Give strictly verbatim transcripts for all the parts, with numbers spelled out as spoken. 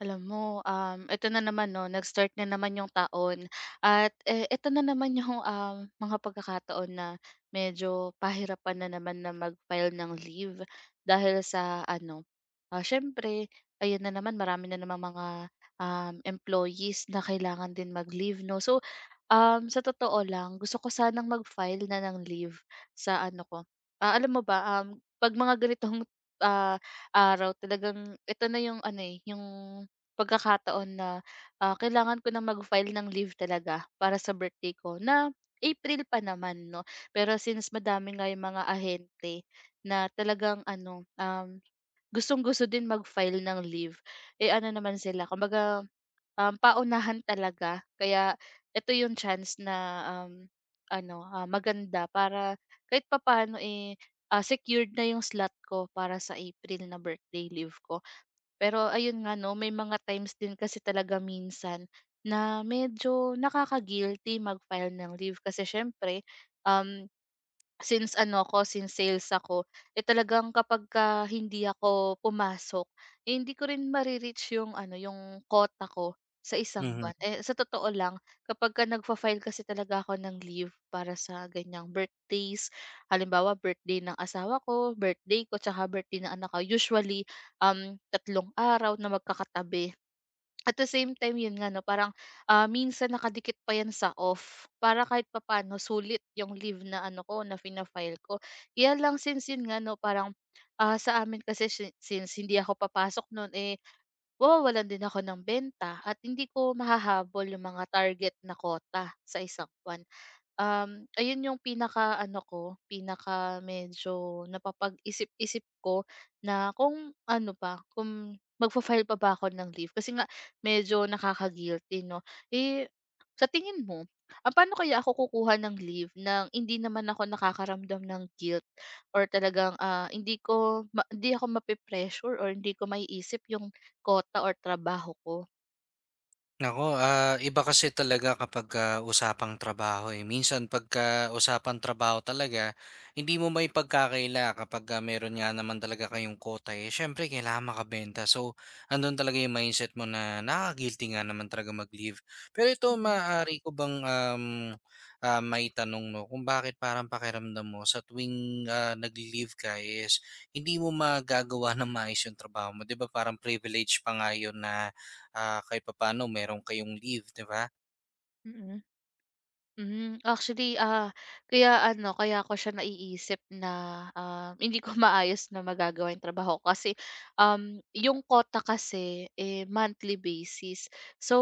Alam mo, um, ito na naman 'no, nag-start na naman yung taon at, eh, ito na naman yung, um, mga pagkakataon na medyo pahirapan na naman na mag-file ng leave dahil sa ano, ah, siyempre ayun na naman marami na namang mga, um, employees na kailangan din mag-leave 'no. So Um, sa totoo lang gusto ko sanang mag-file na ng leave sa ano ko, ah, alam mo ba, um, 'pag mga ganitong, ah, araw talagang ito na yung ano, eh, yung pagkakataon na, ah, kailangan ko na mag-file ng leave talaga para sa birthday ko na April pa naman 'no. Pero since madami nga yung mga ahente na talagang ano, um gustong-gusto din mag-file ng leave, eh, ano naman sila kumbaga, um, paunahan talaga kaya ito yung chance na, um, ano, ah, maganda para kahit papaano, eh, ah, secured na yung slot ko para sa April na birthday leave ko. Pero ayun nga 'no, may mga times din kasi talaga minsan na medyo nakaka-guilty mag-file ng leave kasi siyempre, um, since ano ko since sales ako, eh, talagang kapagka hindi ako pumasok, eh, hindi ko rin mare yung ano, yung quota ko sa isang buwan. Mhm. Eh, sa totoo lang kapagka nagfa-file kasi talaga ako ng leave para sa ganiyang birthdays, halimbawa birthday ng asawa ko, birthday ko, tsaka birthday ng anak ko, usually um, tatlong araw na magkakatabi. At the same time, yun nga 'no, parang, ah, minsan nakadikit pa yan sa off para kahit papano sulit yung leave na ano ko, na fina-file ko. Kaya lang since yun nga 'no, parang, ah, sa amin kasi si since hindi ako papasok nun, eh, mawawalan din ako ng benta at hindi ko mahahabol yung mga target na kota sa isang buwan. Um, ayun yung pinaka ano ko, pinaka medyo napapag-isip-isip ko na kung ano pa, kung magfa-file pa ba ako ng leave kasi nga medyo nakaka-guilty 'no. Eh, sa tingin mo, ah, paano kaya ako kukuha ng leave ng hindi naman ako nakakaramdam ng guilt or talagang, ah, hindi ko ma hindi ako mape-pressure or hindi ko maiisip yung kota or trabaho ko? Ako ah, iba kasi talaga kapagka usapang trabaho, eh. Minsan pagka usapang trabaho talaga, hindi mo maipagkakaila kapagka meron nga naman talaga kayong quota, eh, siyempre kailangan makabenta. So, andun talaga yung mindset mo na nakaka-guilty nga naman talaga mag-leave. Pero ito, Mhm. maaari ko bang, um, ah, maitanong 'no, kung bakit parang pakiramdam mo sa tuwing, ah, nagli-leave ka is hindi mo magagawa ng maayos yung trabaho mo? 'Di ba parang privilege pa nga yun na. Ah, kahit papaano meron kayong leave, 'di ba? mm. Hmm, actually, ah, kaya ano, kaya ko siya naiisip na, um, hindi ko maayos na magagawa yung trabaho ko kasi, um, yung quota kasi, eh, monthly basis. So,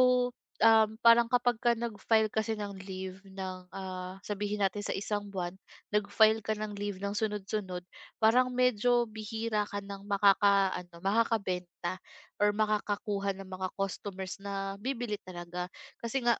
um, parang kapag ka nag-file kasi ng leave ng, ah, sabihin natin sa isang buwan, nag-file ka ng leave ng sunod-sunod, parang medyo bihira ka ng makaka ano makakabenta or makakakuha ng mga customers na bibili talaga. Kasi nga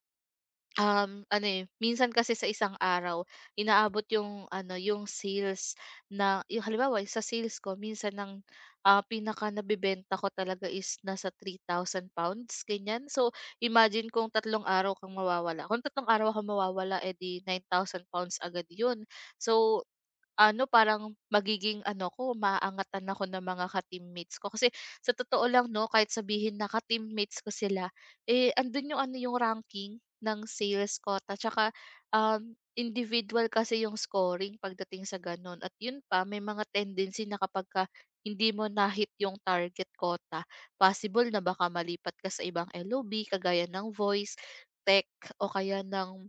Um, ano, eh, minsan kasi sa isang araw inaabot yung ano, yung sales na yung halimbawa sa sales ko minsan ang, ah, pinaka nabebenta ko talaga is nasa three thousand pounds ganyan. So, imagine kung tatlong araw kang mawawala, kung tatlong araw kang mawawala, eh, di nine thousand pounds agad yun. So ano, parang magiging ano ko, maaangatan ako ng mga ka-teammates ko. Kasi sa totoo lang 'no, kahit sabihin na ka-teammates ko sila, eh, andun yung ano, yung ranking ng sales quota tsaka, um, individual kasi yung scoring pagdating sa gano'n. At yun pa, may mga tendency na kapagka hindi mo nahit yung target quota, possible na baka malipat ka sa ibang L O B kagaya ng voice, tech o kaya ng,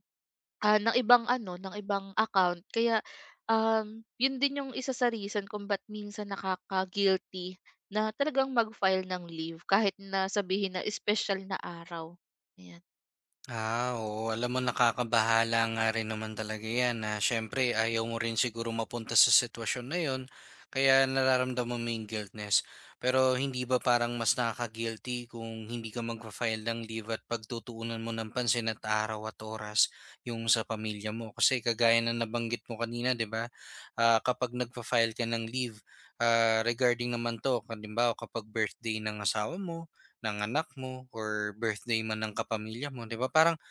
ah, ng ibang ano, ng ibang account. Kaya Um, yun din yung isa sa reason kung ba't minsan nakaka-guilty na talagang mag-file ng leave kahit na sabihin na special na araw, ayan. Ah, oo. Alam mo, nakakabahala nga rin naman talaga yan na syempre ayaw mo rin siguro mapunta sa sitwasyon na yun, kaya nararamdaman mo yung guiltness. Pero hindi ba parang mas nakaka-guilty kung hindi ka magpa-file ng leave at pagtutuunan mo ng pansin at araw at oras yung sa pamilya mo? Kasi kagaya na nabanggit mo kanina, di ba? Ah, kapag nagpa-file ka ng leave, ah, regarding naman to, kanimbawa kapag birthday ng asawa mo, ng anak mo or birthday man ng kapamilya mo, 'di ba? Parang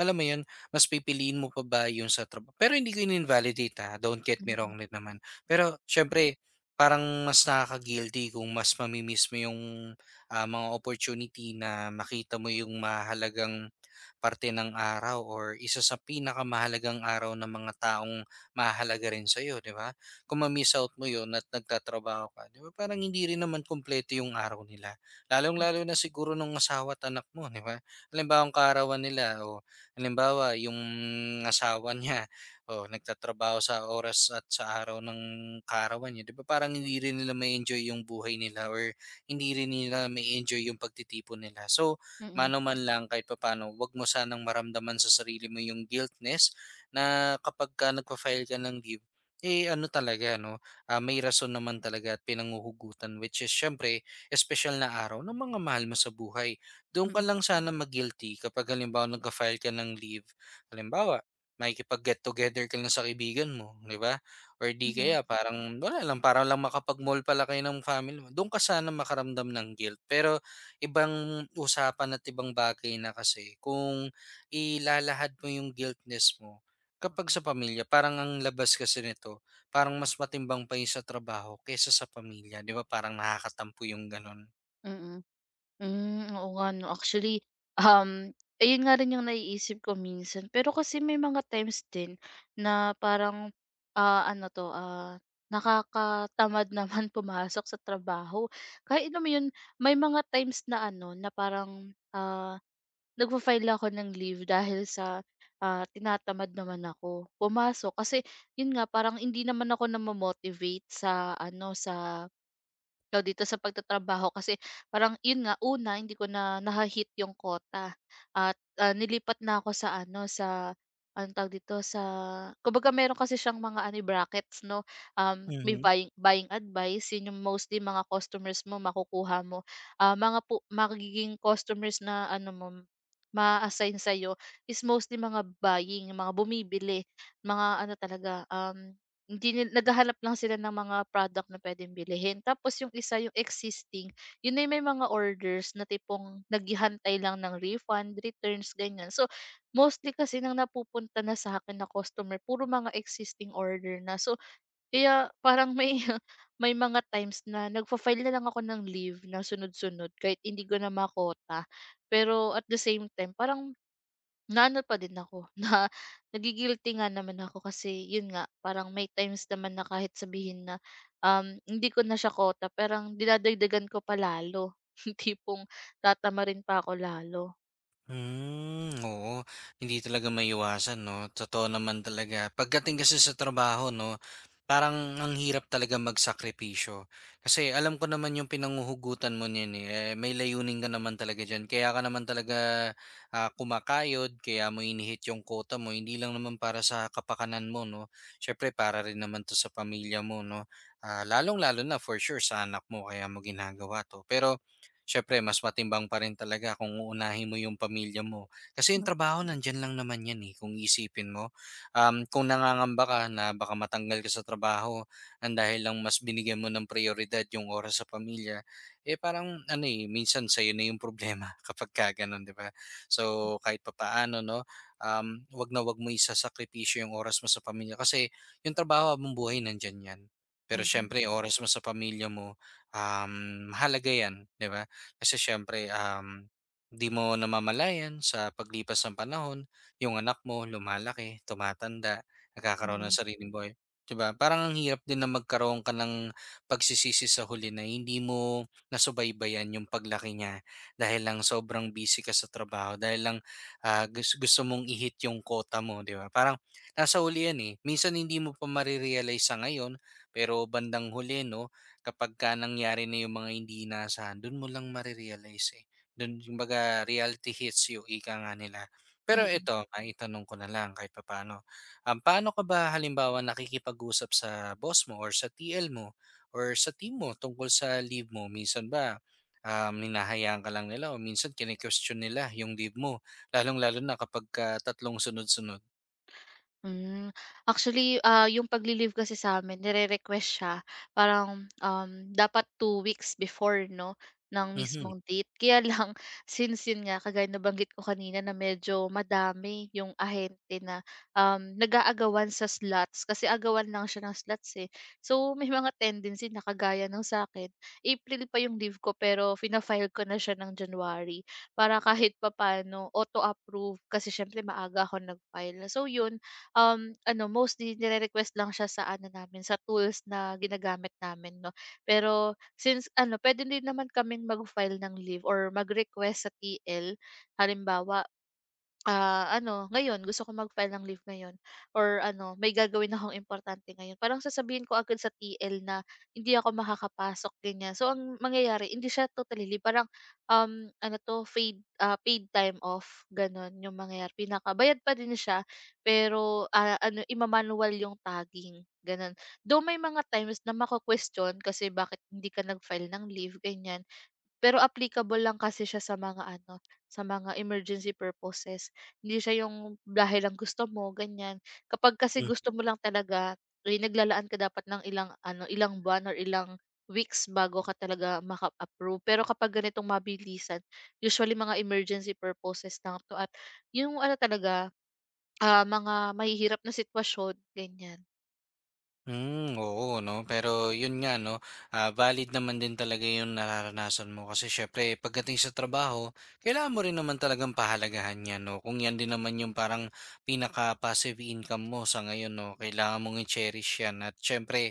alam mo 'yun, mas pipiliin mo pa ba 'yung sa trabaho pero hindi ko ini-invalidate, ha, don't get me Mm, wrong din naman. Pero siyempre parang mas nakaka-guilty kung mas mami mo 'yung, ah, mga opportunity na makita mo 'yung mahalagang parte ng araw or isa sa pinakamahalagang araw ng mga taong mahalaga rin sa'yo, 'di ba? Kung ma-miss out mo 'yun at nagtatrabaho ka, 'di ba, parang hindi rin naman kumpleto 'yung araw nila. Lalong-lalo na siguro nung asawa at anak mo, 'di ba? Halimbawa ang kaarawan nila o halimbawa, yung asawa niya, oh, nagtatrabaho sa oras at sa araw ng kaarawan niya, 'di ba parang hindi rin nila ma-enjoy yung buhay nila or hindi rin nila ma-enjoy yung pagtitipon nila. So, mm, mano man lang kahit papaano, 'wag mo sanang maramdaman sa sarili mo yung guiltness na kapag ka nagfa-file ka ng leave, eh ano talaga, no? Ah, may rason naman talaga at pinanguhugutan which is syempre, special na araw ng mga mahal mo sa buhay. Doon ka mm, lang sana mag-guilty kapag halimbawa nagka-file ka ng leave. Halimbawa, makikipag-get together ka lang sa kaibigan mo, 'di ba? Or 'di mm, mm. kaya parang wala lang, para lang makapag-mall pala kayo ng family mo. Doon ka sana makaramdam ng guilt. Pero ibang usapan at ibang bagay na kasi kung ilalahad mo yung guiltness mo kapag sa pamilya, parang ang labas kasi nito, parang mas matimbang pa yung sa trabaho kaysa sa pamilya. Di ba? Parang nakakatampo yung ganun. Mm. Hmm, oo nga 'no. Actually, um, ayun nga rin yung naiisip ko minsan. Pero kasi may mga times din na parang, ah, ano 'to, ah, nakakatamad naman pumasok sa trabaho. Kahit alam mo yun, may mga times na ano, na parang, ah, nagfa-file ako ng leave dahil sa, ah, tinatamad naman ako pumasok. Kasi yun nga, parang hindi naman ako na motivate sa ano, sa tawag dito, sa pagtatrabaho kasi parang yun nga, una hindi ko na naha yung quota at, ah, nilipat na ako sa ano, sa anong tawag dito, sa kumbaga meron kasi siyang mga ano, eh, brackets 'no, um, may Mhm. buying buying advice, yun yung mostly mga customers mo makukuha mo. Ah, mga po magiging customers na ano mo, ma-a-assign sa'yo is mostly mga buying, yung mga bumibili, mga ano talaga, um, hindi nil naghahanap lang sila ng mga product na puwedeng bilhin. Tapos yung isa, yung existing, yun ay may mga orders na tipong naghihantay lang ng refund, returns, ganyan. So, mostly kasi nang napupunta na sa akin na customer puro mga existing order na. So, kaya parang may may mga times na nagfa-file na lang ako ng leave na sunod-sunod kahit hindi ko na makota. Pero at the same time parang na ano pa din ako, na nagi nga naman ako kasi yun nga, parang may times naman na kahit sabihin na, um, hindi ko na siya kota parang dinadagdagan ko pa lalo. Yung tipong tatamarin pa ako lalo. Hmm, oo. Hindi talaga maiwasan 'no, totoo naman talaga. Pagdating kasi sa trabaho 'no, parang ang hirap talaga magsakripisyo. Kasi alam ko naman yung pinanguhugutan mo niyan, eh, eh, may layunin ka naman talaga diyan. Kaya ka naman talaga, ah, kumakayod, kaya mo inihit yung quota mo. Hindi lang naman para sa kapakanan mo 'no, syempre para rin naman 'to sa pamilya mo 'no. Ah, lalong-lalo na for sure sa anak mo kaya mo ginagawa 'to. Pero siyempre mas matimbang pa rin talaga kung uunahin mo yung pamilya mo. Kasi yung Hmm, trabaho nandyan lang naman yan eh, kung isipin mo. Um, kung nangangamba ka na baka matanggal ka sa trabaho ang dahil lang mas binigyan mo ng prioridad yung oras sa pamilya, eh parang ano eh, minsan sa'yo na yung problema kapag ka ganun, di ba? So kahit papaano, no, um, wag na wag mo isasakripisyo yung oras mo sa pamilya kasi yung trabaho habang buhay nandiyan yan. Pero mhm. syempre, yung oras mo sa pamilya mo, um, mahalaga yan, di ba? Kasi siyempre, um, di mo namamalayan sa paglipas ng panahon, yung anak mo lumalaki, tumatanda, nagkakaroon ng mm, sariling boy, 'di ba? Parang ang hirap din na magkaroon ka ng pagsisisi sa huli na hindi mo nasubaybayan yung paglaki niya dahil lang sobrang busy ka sa trabaho, dahil lang ah, gus- gusto, mong ihit yung quota mo, di ba? Parang nasa huli yan eh. Minsan hindi mo pa marirealize sa ngayon, pero bandang huli, no, kapagka nangyari na yung mga hindi inaasahan dun mo lang mare-realize, eh. Dun kumbaga reality hits yung ika nga nila. Pero mm. ito, maitanong ko na lang kahit papaano. Um, paano ka ba halimbawa nakikipag-usap sa boss mo or sa T L mo or sa team mo tungkol sa leave mo? Minsan ba, um, hinahayaan ka lang nila o minsan kine-question nila yung leave mo lalong-lalo na kapagka tatlong sunod-sunod? Hmm, actually, ah, yung pagli-leave kasi sa amin, nire-request siya parang, um, dapat two weeks before 'no, ng Mhm, mismong date. Kaya lang since yun nga kagaya nabanggit ko kanina na medyo madami yung ahente na, um, nag-aagawan sa slots kasi agawan lang siya ng slots, eh. So, may mga tendency na kagaya ng sa'kin, April pa yung leave ko pero fina-file ko na siya ng January para kahit papaano auto-approve kasi siyempre maaga ako nag-file. So yun, um, ano mostly nire-request lang siya sa ano namin, sa tools na ginagamit namin 'no. Pero since ano pwede din naman kaming mag-file ng leave or mag-request sa T L. Halimbawa ah, ano ngayon gusto ko mag-file ng leave ngayon or ano may gagawin akong importante ngayon, parang sasabihin ko agad sa T L na hindi ako makakapasok ganyan. So ang mangyayari hindi siya totally leave parang, um, ano 'to paid, ah, paid time off gano'n yung mangyayari pinakabayad pa din siya pero, ah, ano ima yung tagging gano'n. Though may mga times na mako-question kasi bakit hindi ka nag-file ng leave ganyan. Pero applicable lang kasi siya sa mga ano, sa mga emergency purposes. Hindi siya yung dahil lang gusto mo, ganyan. Kapag kasi mhm. gusto mo lang talaga, eh, naglalaan ka dapat ng ilang ano, ilang buwan or ilang weeks bago ka talaga maka-approve. Pero kapag ganitong mabilisan, usually mga emergency purposes lang 'to at yung ano talaga, ah, mga mahihirap na sitwasyon, ganyan. Hmm, oo 'no, pero yun nga 'no, ah, valid naman din talaga yung nararanasan mo kasi siyempre pagdating sa trabaho, kailangan mo rin naman talagang pahalagahan 'yan 'no. Kung 'yan din naman yung parang pinaka-passive income mo sa ngayon 'no, kailangan mong i-cherish 'yan at siyempre,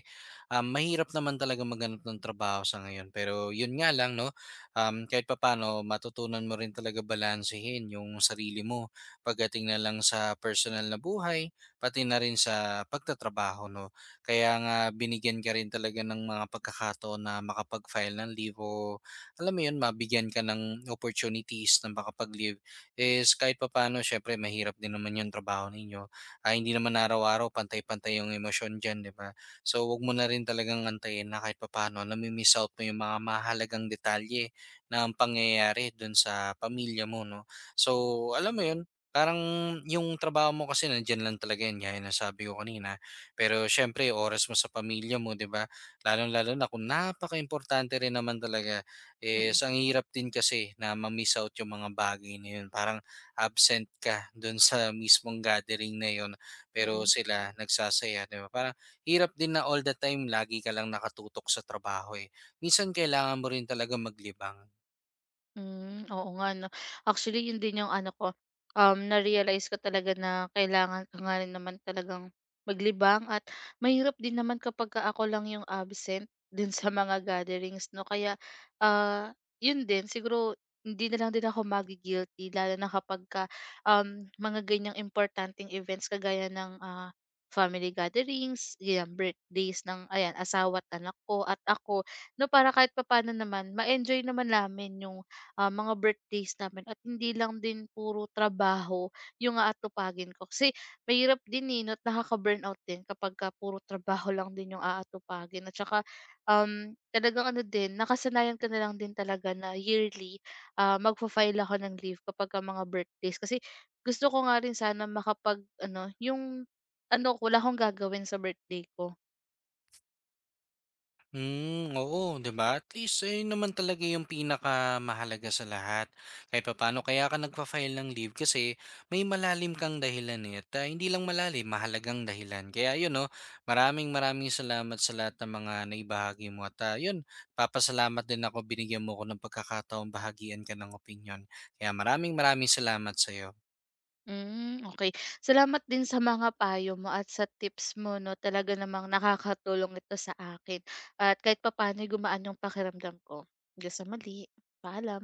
um, mahirap naman talaga maghanap ng trabaho sa ngayon. Pero yun nga lang 'no, um, kahit papaano matutunan mo rin talaga balansehin yung sarili mo pagdating na lang sa personal na buhay, pati na rin sa pagtatrabaho 'no. Kaya nga binigyan ka rin talaga ng mga pagkakataon na makapag-file ng leave o alam mo yun, mabigyan ka ng opportunities na makapag-leave is kahit papaano syempre mahirap din naman yung trabaho ninyo. Ah, hindi naman araw-araw pantay-pantay yung emosyon dyan, di ba? So wag mo na rin talagang antayin na kahit papaano nami-miss out mo yung mga mahalagang detalye na ng pangyayari dun sa pamilya mo, no? So alam mo yun, parang yung trabaho mo kasi nandyan lang talaga yun, gaya na sabi ko kanina pero siyempre oras mo sa pamilya mo, 'di ba? Lalong-lalo na kung napaka importante rin naman talaga Mm. is ang hirap din kasi na ma-miss out yung mga bagay na yun. Parang absent ka doon sa mismong gathering na yun, pero mm. sila nagsasaya, 'di ba? Parang hirap din na all the time lagi ka lang nakatutok sa trabaho eh. Minsan kailangan mo rin talaga maglibang. Hmm, oo nga 'no. Actually, yun din yung ano ko, um, na-realize ko talaga na kailangan ko nga rin naman talagang maglibang at mahirap din naman kapagka ako lang yung absent din sa mga gatherings 'no. Kaya, ah, yun din siguro hindi na lang din ako magi-guilty lalo na kapagka, um, mga ganiyang importanteng events kagaya ng, ah, family gatherings, yan birthdays ng ayan asawa't anak ko at ako 'no, para kahit papaano naman ma-enjoy naman namin yung ah, mga birthdays namin at hindi lang din puro trabaho yung aatupagin ko. Kasi mahirap din eh, no, at nakaka-burnout din kapag ka puro trabaho lang din yung aatupagin. At saka, um, talagang ano din, nakasanayan ka na lang din talaga na yearly ah, magfa-file ako ng leave kapag ka mga birthdays. Kasi gusto ko nga rin sana makapag, ano, yung, ano, wala akong gagawin sa birthday ko. Hmm, oo, 'di ba? At least ayun naman talaga yung pinakamahalaga sa lahat. Kahit papaano kaya ka nagfa-file ng leave kasi may malalim kang dahilan eh. At ah, hindi lang malalim, mahalagang dahilan. Kaya yun, no, maraming maraming salamat sa lahat ng mga naibahagi mo. At ah, yun, papasalamat din ako binigyan mo ko ng pagkakataong bahagian ka ng opinion. Kaya maraming maraming salamat sa'yo. Hmm, okay. Salamat din sa mga payo mo at sa tips mo 'no, talaga namang nakakatulong ito sa akin at kahit papaano'y gumaan yung pakiramdam ko. Hanggang sa muli, paalam.